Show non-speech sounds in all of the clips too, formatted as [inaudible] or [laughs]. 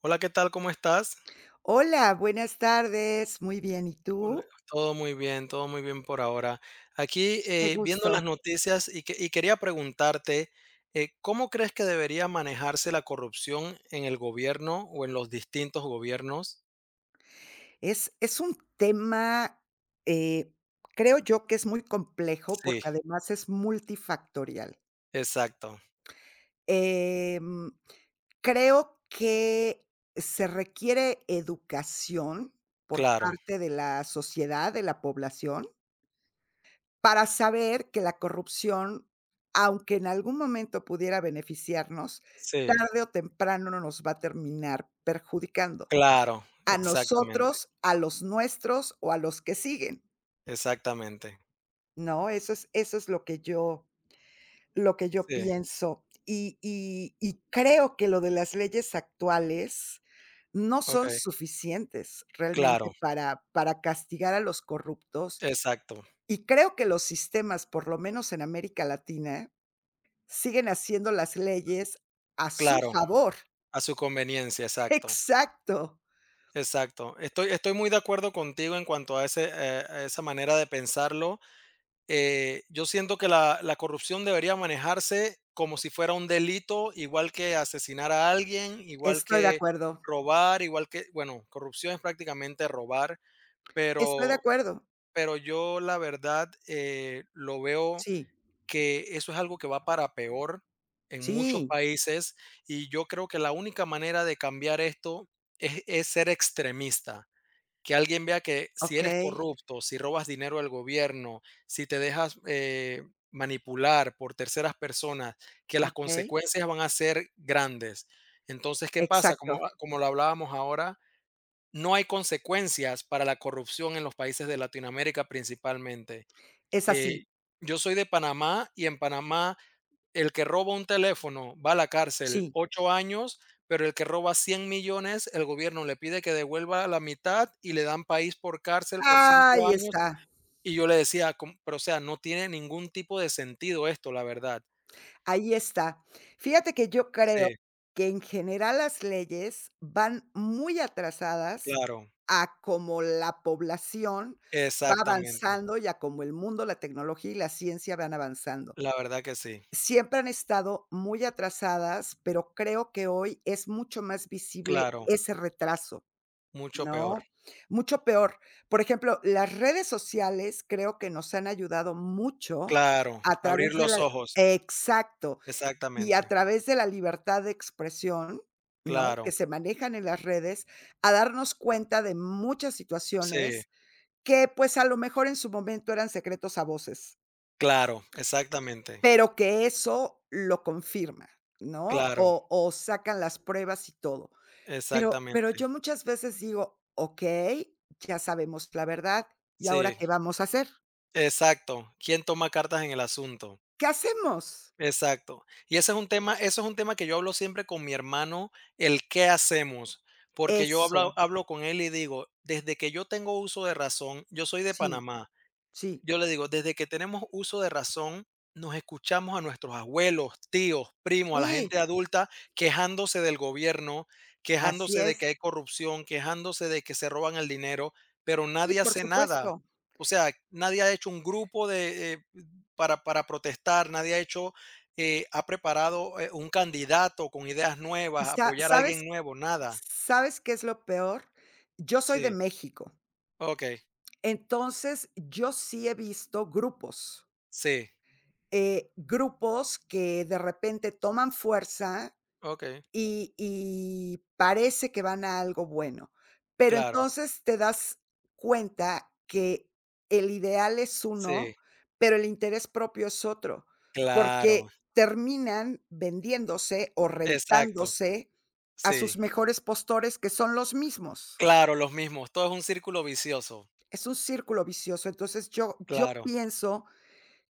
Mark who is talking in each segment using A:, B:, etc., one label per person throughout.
A: Hola, ¿qué tal? ¿Cómo estás?
B: Hola, buenas tardes. Muy bien, ¿y
A: Hola,
B: tú?
A: todo muy bien, todo muy bien por ahora. Aquí
B: Qué
A: viendo las
B: gusto.
A: noticias y, y quería preguntarte, ¿cómo crees que debería manejarse la corrupción en el gobierno o en los distintos gobiernos?
B: Es un tema, eh, creo yo que es muy complejo,
A: Sí.
B: porque además es multifactorial.
A: Exacto.
B: Em, creo que se requiere educación por
A: Claro.
B: parte de la sociedad, de la población, para saber que la corrupción, aunque en algún momento pudiera beneficiarnos,
A: Sí.
B: tarde o temprano nos va a terminar perjudicando,
A: Claro.
B: a
A: Exactamente.
B: nosotros, a los nuestros o a los que siguen,
A: Exactamente.
B: ¿no? Eso es lo que yo
A: Sí.
B: pienso. Y creo que lo de las leyes actuales no son
A: Ok.
B: suficientes realmente
A: Claro.
B: para castigar a los corruptos,
A: Exacto.
B: y creo que los sistemas, por lo menos en América Latina, siguen haciendo las leyes a su
A: Claro,
B: favor.
A: a su conveniencia,
B: [laughs]
A: exacto.
B: Exacto.
A: Exacto. Estoy muy de acuerdo contigo en cuanto a esa manera de pensarlo. Yo siento que la corrupción debería manejarse como si fuera un delito, igual que asesinar a alguien, igual
B: Estoy de
A: que
B: acuerdo,
A: robar, igual que, bueno, corrupción es prácticamente robar,
B: estoy de
A: pero,
B: acuerdo.
A: pero yo la verdad lo veo
B: Sí,
A: que eso es algo que va para peor en muchos
B: sí,
A: países y yo creo que la única manera de cambiar esto es ser extremista, que alguien vea que si eres
B: okey.
A: corrupto, si robas dinero al gobierno, si te dejas manipular por terceras personas, que las
B: Okey,
A: consecuencias van a ser grandes. Entonces, ¿qué pasa?
B: exacto,
A: Como lo hablábamos ahora, no hay consecuencias para la corrupción en los países de Latinoamérica principalmente.
B: es así,
A: Eh, yo soy de Panamá, y en Panamá el que roba un teléfono va a la cárcel
B: sí.
A: 8 años, pero el que roba 100 millones, el gobierno le pide que devuelva la mitad y le dan país por cárcel por 5
B: Ahí
A: años.
B: está,
A: Y yo le decía, com pero, o sea, no tiene ningún tipo de sentido esto, la verdad.
B: ahí está. Fíjate que yo creo
A: Sí,
B: que en general las leyes van muy atrasadas
A: claro,
B: a como la población va
A: exactamente.
B: avanzando y a como el mundo, la tecnología y la ciencia van avanzando.
A: La verdad que sí.
B: Siempre han estado muy atrasadas, pero creo que hoy es mucho más visible
A: Claro,
B: ese retraso.
A: mucho peor.
B: No, mucho peor. Por ejemplo, las redes sociales creo que nos han ayudado mucho
A: Claro,
B: a
A: abrir
B: través de la
A: los ojos.
B: exacto, y a
A: Exactamente.
B: través de la libertad de expresión, ¿no?,
A: Claro.
B: que se manejan en las redes, a darnos cuenta de muchas
A: Sí,
B: situaciones que, pues, a lo mejor en su momento eran secretos a voces,
A: claro, exactamente.
B: pero que eso lo confirma, ¿no?,
A: Claro,
B: o sacan las pruebas y todo. Pero
A: exactamente.
B: yo muchas veces digo: "Okey, ya sabemos la verdad, ¿y ahora
A: Sí.
B: qué vamos a hacer?
A: Exacto, ¿quién toma cartas en el asunto?
B: ¿Qué hacemos?".
A: Exacto. Y ese es un tema eso es un tema que yo hablo siempre con mi hermano, el qué hacemos, porque yo hablo
B: Eso,
A: hablo con él y digo: "Desde que yo tengo uso de razón, yo soy de
B: sí,
A: Panamá.
B: sí,
A: Yo le digo, desde que tenemos uso de razón, nos escuchamos a nuestros abuelos, tíos, primos, a la
B: sí,
A: gente adulta quejándose del gobierno,
B: así
A: quejándose de que
B: es.
A: hay corrupción, quejándose de que se roban el dinero, pero
B: Sí,
A: nadie
B: por
A: hace nada.
B: supuesto.
A: O sea, nadie ha hecho un grupo de, para protestar, nadie ha hecho, ha preparado un candidato con ideas
B: Y
A: nuevas,
B: sa
A: apoyar a
B: ¿sabes
A: alguien nuevo, nada."
B: sabes qué es lo peor? Yo soy de
A: Sí.
B: México,
A: Ok.
B: entonces yo sí he visto grupos,
A: Sí,
B: grupos que de repente toman fuerza.
A: ok,
B: Y parece que van a algo bueno. Pero
A: claro.
B: entonces te das cuenta que el ideal es uno,
A: Sí,
B: pero el interés propio es otro,
A: claro,
B: porque terminan vendiéndose o
A: exacto.
B: rentándose a
A: Sí,
B: sus mejores postores, que son los mismos.
A: claro, los mismos. Todo es un círculo vicioso.
B: Es un círculo vicioso. Entonces, yo
A: Claro,
B: pienso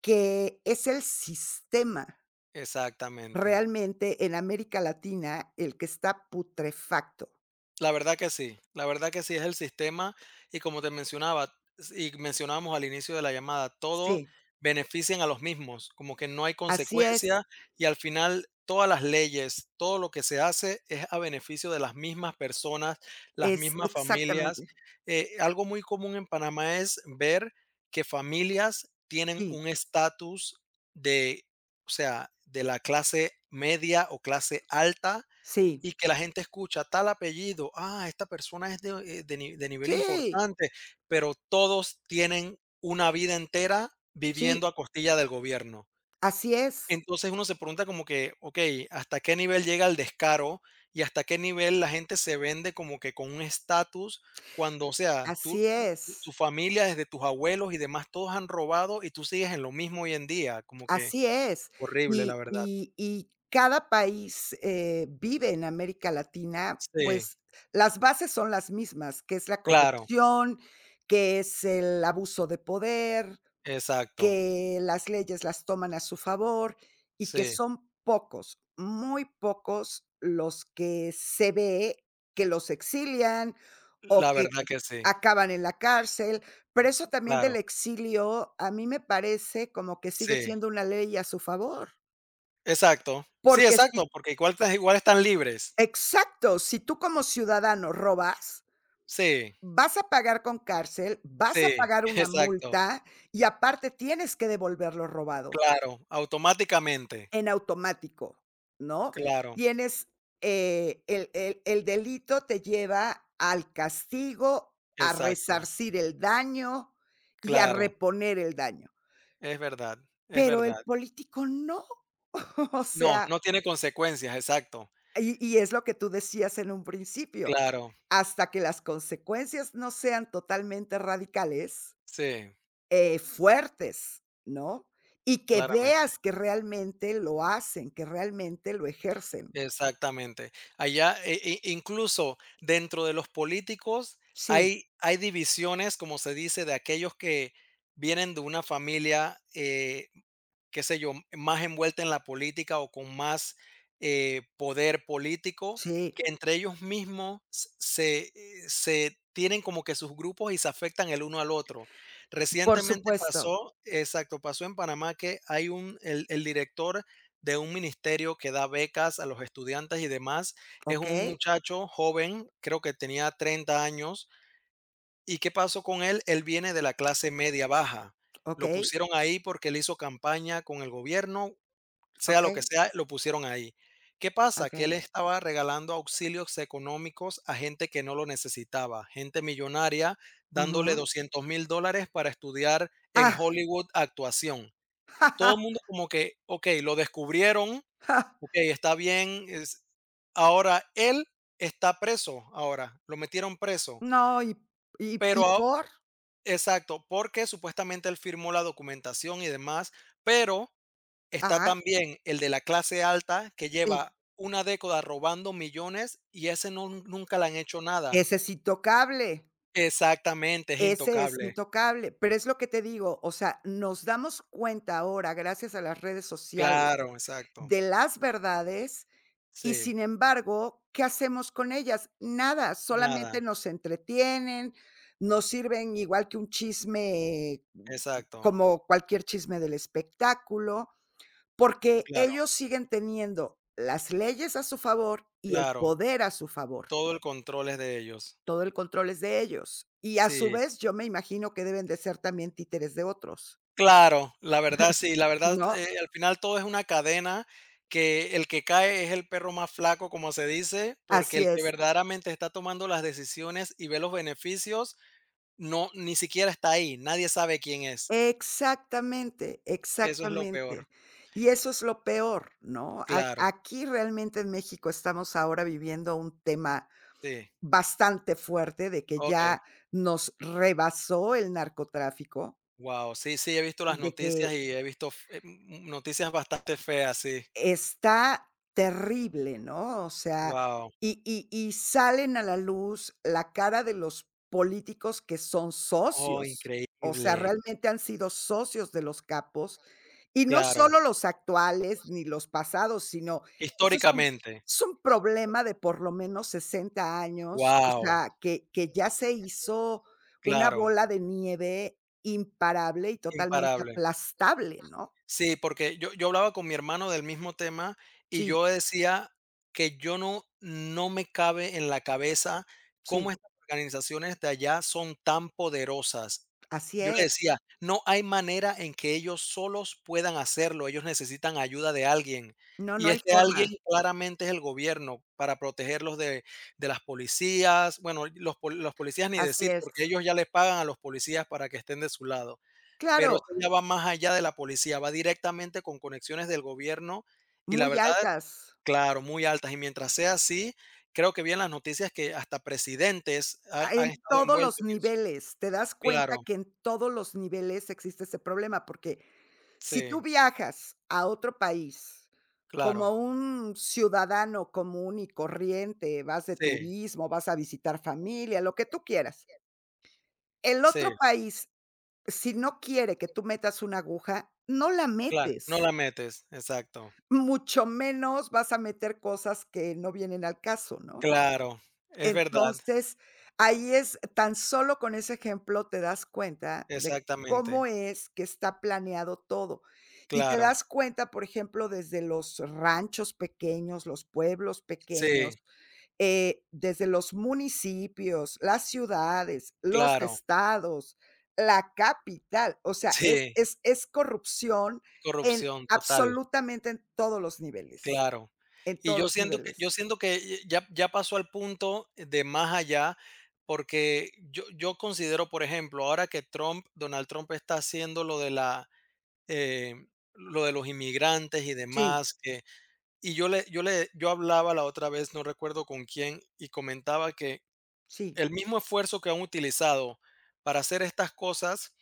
B: que es el sistema
A: exactamente.
B: realmente en América Latina el que está putrefacto.
A: La verdad que sí, la verdad que sí es el sistema, y como te mencionaba s y mencionábamos al inicio de la llamada, todos
B: Sí.
A: benefician a los mismos, como que no hay
B: Así
A: consecuencia, y al final todas las leyes, todo lo que se hace es a beneficio de las mismas personas, las
B: es
A: mismas familias.
B: exactamente.
A: Algo muy común en Panamá es ver que familias tienen
B: Sí,
A: un estatus de, o sea, de la clase media o clase alta,
B: sí,
A: y que la gente escucha tal apellido, ah, esta persona es de, de nivel
B: sí,
A: importante, pero todos tienen una vida entera viviendo
B: sí,
A: a costilla del gobierno.
B: así es,
A: Entonces uno se pregunta como que, ok, ¿hasta qué nivel llega el descaro y hasta qué nivel la gente se vende como que con un estatus cuando, o sea, tú,
B: así
A: tu
B: es,
A: familia, desde tus abuelos y demás, todos han robado y tú sigues en lo mismo hoy en día? Como que
B: así es.
A: horrible, la
B: Y
A: verdad.
B: y y cada país, vive en América Latina,
A: Sí,
B: pues, las bases son las mismas, que es la
A: claro,
B: corrupción, que es el abuso de poder,
A: exacto,
B: que las leyes las toman a su favor y que
A: sí.
B: son pocos, muy pocos los que se ve que los exilian o
A: La
B: que
A: verdad que sí,
B: acaban en la cárcel, pero eso también del
A: claro,
B: exilio a mí me parece como que sigue
A: sí,
B: siendo una ley a su favor,
A: exacto. Sí,
B: porque
A: exacto, porque igual están libres.
B: exacto, si tú como ciudadano robas,
A: Sí,
B: vas a pagar con cárcel, vas a
A: sí,
B: pagar
A: [laughs]
B: una
A: exacto,
B: multa y aparte tienes que devolver lo robado.
A: claro, automáticamente,
B: En automático, ¿no?
A: claro,
B: Tienes, el delito te lleva al castigo, a
A: exacto,
B: resarcir el daño y a
A: claro,
B: reponer el daño,
A: es verdad, es
B: pero el
A: verdad.
B: político no, [laughs] o
A: No,
B: sea,
A: no tiene consecuencias, exacto,
B: y es lo que tú decías en un principio,
A: claro,
B: hasta que las consecuencias no sean totalmente radicales,
A: sí,
B: fuertes, ¿no? Y que
A: claramente,
B: veas que realmente lo hacen, que realmente lo ejercen.
A: exactamente. Allá, incluso dentro de los políticos
B: Sí.
A: hay divisiones, como se dice, de aquellos que vienen de una familia, qué sé yo, más envuelta en la política o con más poder político,
B: Sí,
A: que entre ellos mismos se tienen como que sus grupos y se afectan el uno al otro.
B: por
A: Recientemente
B: supuesto.
A: pasó, exacto, pasó en Panamá que hay el director de un ministerio que da becas a los estudiantes y demás, es un
B: Okey,
A: muchacho joven, creo que tenía 30 años. ¿Y qué pasó con él? Él viene de la clase media baja. Lo
B: okey,
A: pusieron ahí porque él hizo campaña con el gobierno, sea lo
B: okey,
A: que sea, lo pusieron ahí. ¿Qué pasa? Que él
B: okey.
A: estaba regalando auxilios económicos a gente que no lo necesitaba, gente millonaria, dándole
B: Ujú.
A: $200,000 para estudiar en
B: Ah.
A: Hollywood actuación. Todo el
B: [laughs]
A: mundo como que, ok, lo descubrieron, ok, está bien. Ahora él está preso, ahora lo metieron preso,
B: No, y y
A: pero,
B: y
A: a-
B: por
A: Exacto, porque supuestamente él firmó la documentación y demás, pero está
B: ajá,
A: también el de la clase alta que
B: sí,
A: lleva una década robando millones, y ese no, nunca le han hecho nada.
B: ese es intocable,
A: Exactamente, es
B: ese es
A: intocable.
B: intocable, pero es lo que te digo, o sea, nos damos cuenta ahora, gracias a las redes sociales,
A: Claro, exacto.
B: de las verdades. Y
A: Sí,
B: sin embargo, ¿qué hacemos con ellas? Nada,
A: nada,
B: solamente nos entretienen, nos sirven igual que un chisme,
A: exacto.
B: como cualquier chisme del espectáculo, porque
A: Claro,
B: ellos siguen teniendo las leyes a su favor y el
A: claro.
B: poder a su favor.
A: Todo el control es de ellos.
B: Todo el control es de ellos. Y a su
A: Sí.
B: vez, yo me imagino que deben de ser también títeres de otros,
A: Claro, la verdad sí, la verdad,
B: ¿no?
A: al final todo es una cadena, que el que cae es el perro más flaco, como se dice, porque
B: Así
A: el que
B: es.
A: verdaderamente está tomando las decisiones y ve los beneficios, no, ni siquiera está ahí, nadie sabe quién es.
B: Exactamente,
A: Eso es lo peor.
B: exactamente. Y eso es lo peor, ¿no? A
A: Claro,
B: aquí realmente en México estamos ahora viviendo un tema
A: sí,
B: bastante fuerte de que
A: okey.
B: ya nos rebasó el narcotráfico,
A: Wow. Sí, sí, he visto las
B: de que
A: noticias y he visto noticias bastante feas, sí.
B: Está terrible, ¿no? O sea,
A: Wow.
B: y salen a la luz la cara de los políticos que son
A: Oh,
B: socios, o sea,
A: increíble.
B: realmente han sido socios de los capos, y no
A: Claro,
B: solo los actuales ni los pasados, sino esto es un
A: históricamente.
B: es un problema de por lo menos 60 años, o
A: Wow.
B: sea, que ya se hizo una
A: Claro,
B: bola de nieve imparable y totalmente
A: imparable.
B: aplastable, ¿no?
A: Sí, porque yo hablaba con mi hermano del mismo tema, y
B: Sí,
A: yo decía que yo no no me cabe en la cabeza cómo
B: sí,
A: estas organizaciones de allá son tan poderosas.
B: así
A: Yo le
B: es.
A: decía: "No hay manera en que ellos solos puedan hacerlo, ellos necesitan ayuda de alguien".
B: No,
A: Y
B: no hay
A: este alguien
B: forma.
A: claramente es el gobierno, para protegerlos de las policías, bueno, los policías ni
B: Así
A: decir,
B: es.
A: porque ellos ya les pagan a los policías para que estén de su lado. Pero
B: Claro,
A: eso ya va más allá de la policía, va directamente con conexiones del gobierno, y la
B: muy
A: verdad
B: altas,
A: claro, muy altas. Y mientras sea así, creo que vi en las noticias que hasta presidentes ha
B: ah,
A: han
B: en
A: estado
B: todos
A: envueltos
B: los
A: en eso.
B: niveles. Te das cuenta
A: Claro,
B: que en todos los niveles existe ese problema, porque si tú
A: sí,
B: viajas a otro país como
A: claro,
B: un ciudadano común y corriente, vas de
A: sí,
B: turismo, vas a visitar familia, lo que tú quieras. El
A: sí,
B: otro país, si no quiere que tú metas una aguja, no la
A: claro, no
B: metes,
A: la metes, exacto.
B: mucho menos vas a meter cosas que no vienen al caso, ¿no?
A: Claro, es verdad,
B: Entonces, ahí es tan solo con ese ejemplo te das cuenta de
A: exactamente,
B: cómo es que está planeado todo. Y te
A: claro,
B: das cuenta, por ejemplo, desde los ranchos pequeños, los pueblos pequeños,
A: sí,
B: desde los municipios, las ciudades, los
A: claro,
B: estados, la capital. O sea, es
A: sí,
B: es es corrupción en
A: corrupción total.
B: absolutamente en todos los niveles,
A: Claro.
B: en
A: Y
B: todos
A: yo
B: los
A: siento que yo
B: niveles.
A: siento que ya pasó al punto de más allá, porque yo considero, por ejemplo, ahora que Trump Donald Trump está haciendo lo de la, eh, lo de los inmigrantes y
B: Sí,
A: demás, que y yo hablaba la otra vez, no recuerdo con quién, y comentaba que
B: sí.
A: el mismo esfuerzo que han utilizado para hacer estas cosas,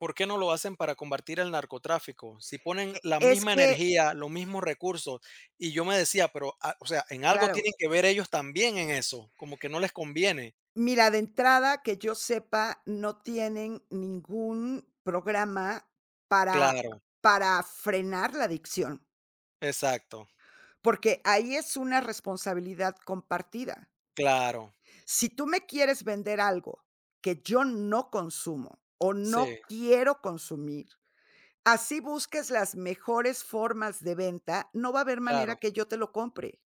A: ¿por qué no lo hacen para combatir el narcotráfico? Si ponen la
B: E es
A: misma
B: que
A: energía, los mismos recursos, y yo me decía, pero, ah, o sea, en algo
B: Claro.
A: tienen que ver ellos también en eso, como que no les conviene.
B: Mira, de entrada, que yo sepa, no tienen ningún programa para
A: Claro,
B: para frenar la adicción,
A: exacto,
B: porque ahí es una responsabilidad compartida.
A: claro,
B: Si tú me quieres vender algo que yo no consumo o
A: sí,
B: no quiero consumir, así busques las mejores formas de venta, no va a haber manera
A: claro,
B: que yo te lo compre.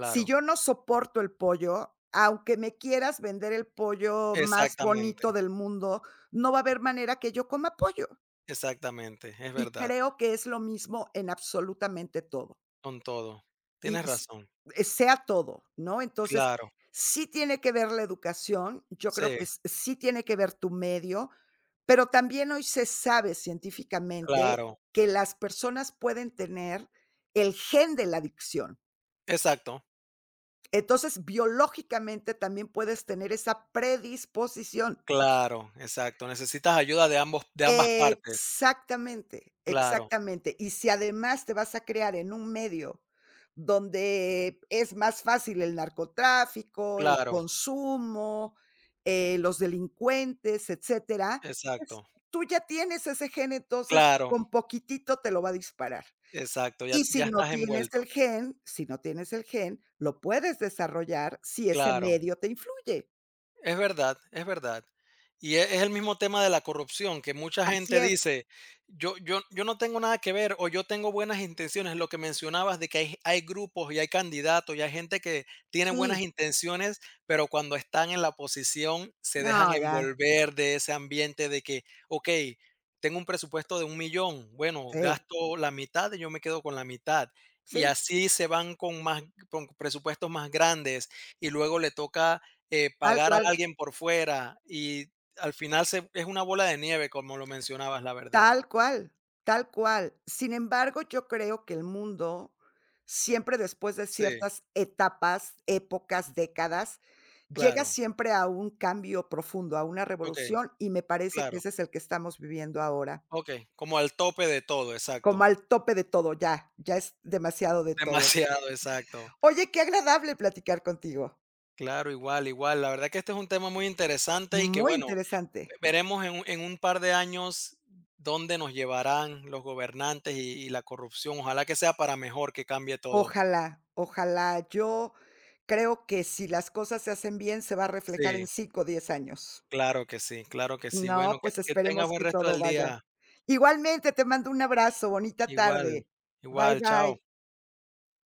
B: Si yo no soporto el pollo, aunque me quieras vender el pollo más bonito
A: exactamente,
B: del mundo, no va a haber manera que yo coma pollo.
A: exactamente, es
B: Y
A: verdad,
B: creo que es lo mismo en absolutamente todo.
A: con todo.
B: Y
A: Tienes
B: s
A: razón,
B: sea todo, ¿no? Entonces,
A: claro,
B: sí tiene que ver la educación, yo creo
A: sí,
B: que s sí tiene que ver tu medio, pero también hoy se sabe científicamente
A: claro,
B: que las personas pueden tener el gen de la adicción.
A: exacto,
B: Entonces, biológicamente también puedes tener esa predisposición.
A: claro, exacto. Necesitas ayuda de ambos, de ambas partes.
B: Exactamente,
A: Claro,
B: exactamente. Y si además te vas a crear en un medio donde es más fácil el narcotráfico, el
A: claro,
B: consumo, los delincuentes, etcétera, pues,
A: exacto,
B: tú ya tienes ese gen, entonces
A: claro.
B: con poquitito te lo va a disparar.
A: Exacto, ya
B: Y si
A: ya
B: no
A: estás
B: tienes el
A: envuelto,
B: gen si no tienes el gen, lo puedes desarrollar si ese
A: claro.
B: medio te influye.
A: Es verdad, es verdad. Y es el mismo tema de la corrupción, que mucha
B: Así
A: gente
B: es,
A: dice, yo no tengo nada que ver, o yo tengo buenas intenciones, lo que mencionabas de que hay grupos y hay candidatos y hay gente que tiene buenas
B: sí,
A: intenciones, pero cuando están en la posición se dejan
B: no, ya,
A: envolver de ese ambiente de que, ok, tengo un presupuesto de 1 millón, bueno,
B: sí,
A: gasto la mitad y yo me quedo con la mitad. Y
B: sí,
A: así se van con más, con presupuestos más grandes, y luego le toca
B: tal
A: pagar a
B: cual,
A: alguien por fuera, y al final se es una bola de nieve, como lo mencionabas, la verdad.
B: tal cual, tal cual. Sin embargo, yo creo que el mundo siempre después de
A: Sí,
B: ciertas etapas, épocas, décadas, llega
A: claro.
B: siempre a un cambio profundo, a una
A: Okey,
B: revolución, y me parece que
A: claro.
B: ese es el que estamos viviendo ahora,
A: Okey, como al tope de todo,
B: como
A: exacto.
B: al tope de todo, ya, ya es demasiado de
A: [laughs]
B: todo.
A: Demasiado, exacto.
B: Oye, qué agradable platicar contigo,
A: Claro, igual, igual. La verdad que este es un tema muy interesante y que,
B: muy
A: bueno,
B: interesante.
A: ve veremos en un par de años dónde nos llevarán los gobernantes y la corrupción. Ojalá que sea para mejor, que cambie todo.
B: Ojalá, ojalá. Yo creo que si las cosas se hacen bien, se va a reflejar en
A: Sí,
B: 5, o 10 años.
A: claro que sí, claro que sí. Bueno,
B: No,
A: que
B: pues
A: que tengas
B: esperemos
A: buen
B: que
A: resto
B: todo
A: del
B: vaya.
A: día.
B: Igualmente, te mando un abrazo, bonita
A: Igual,
B: tarde. Bye,
A: igual, chao.
B: bye.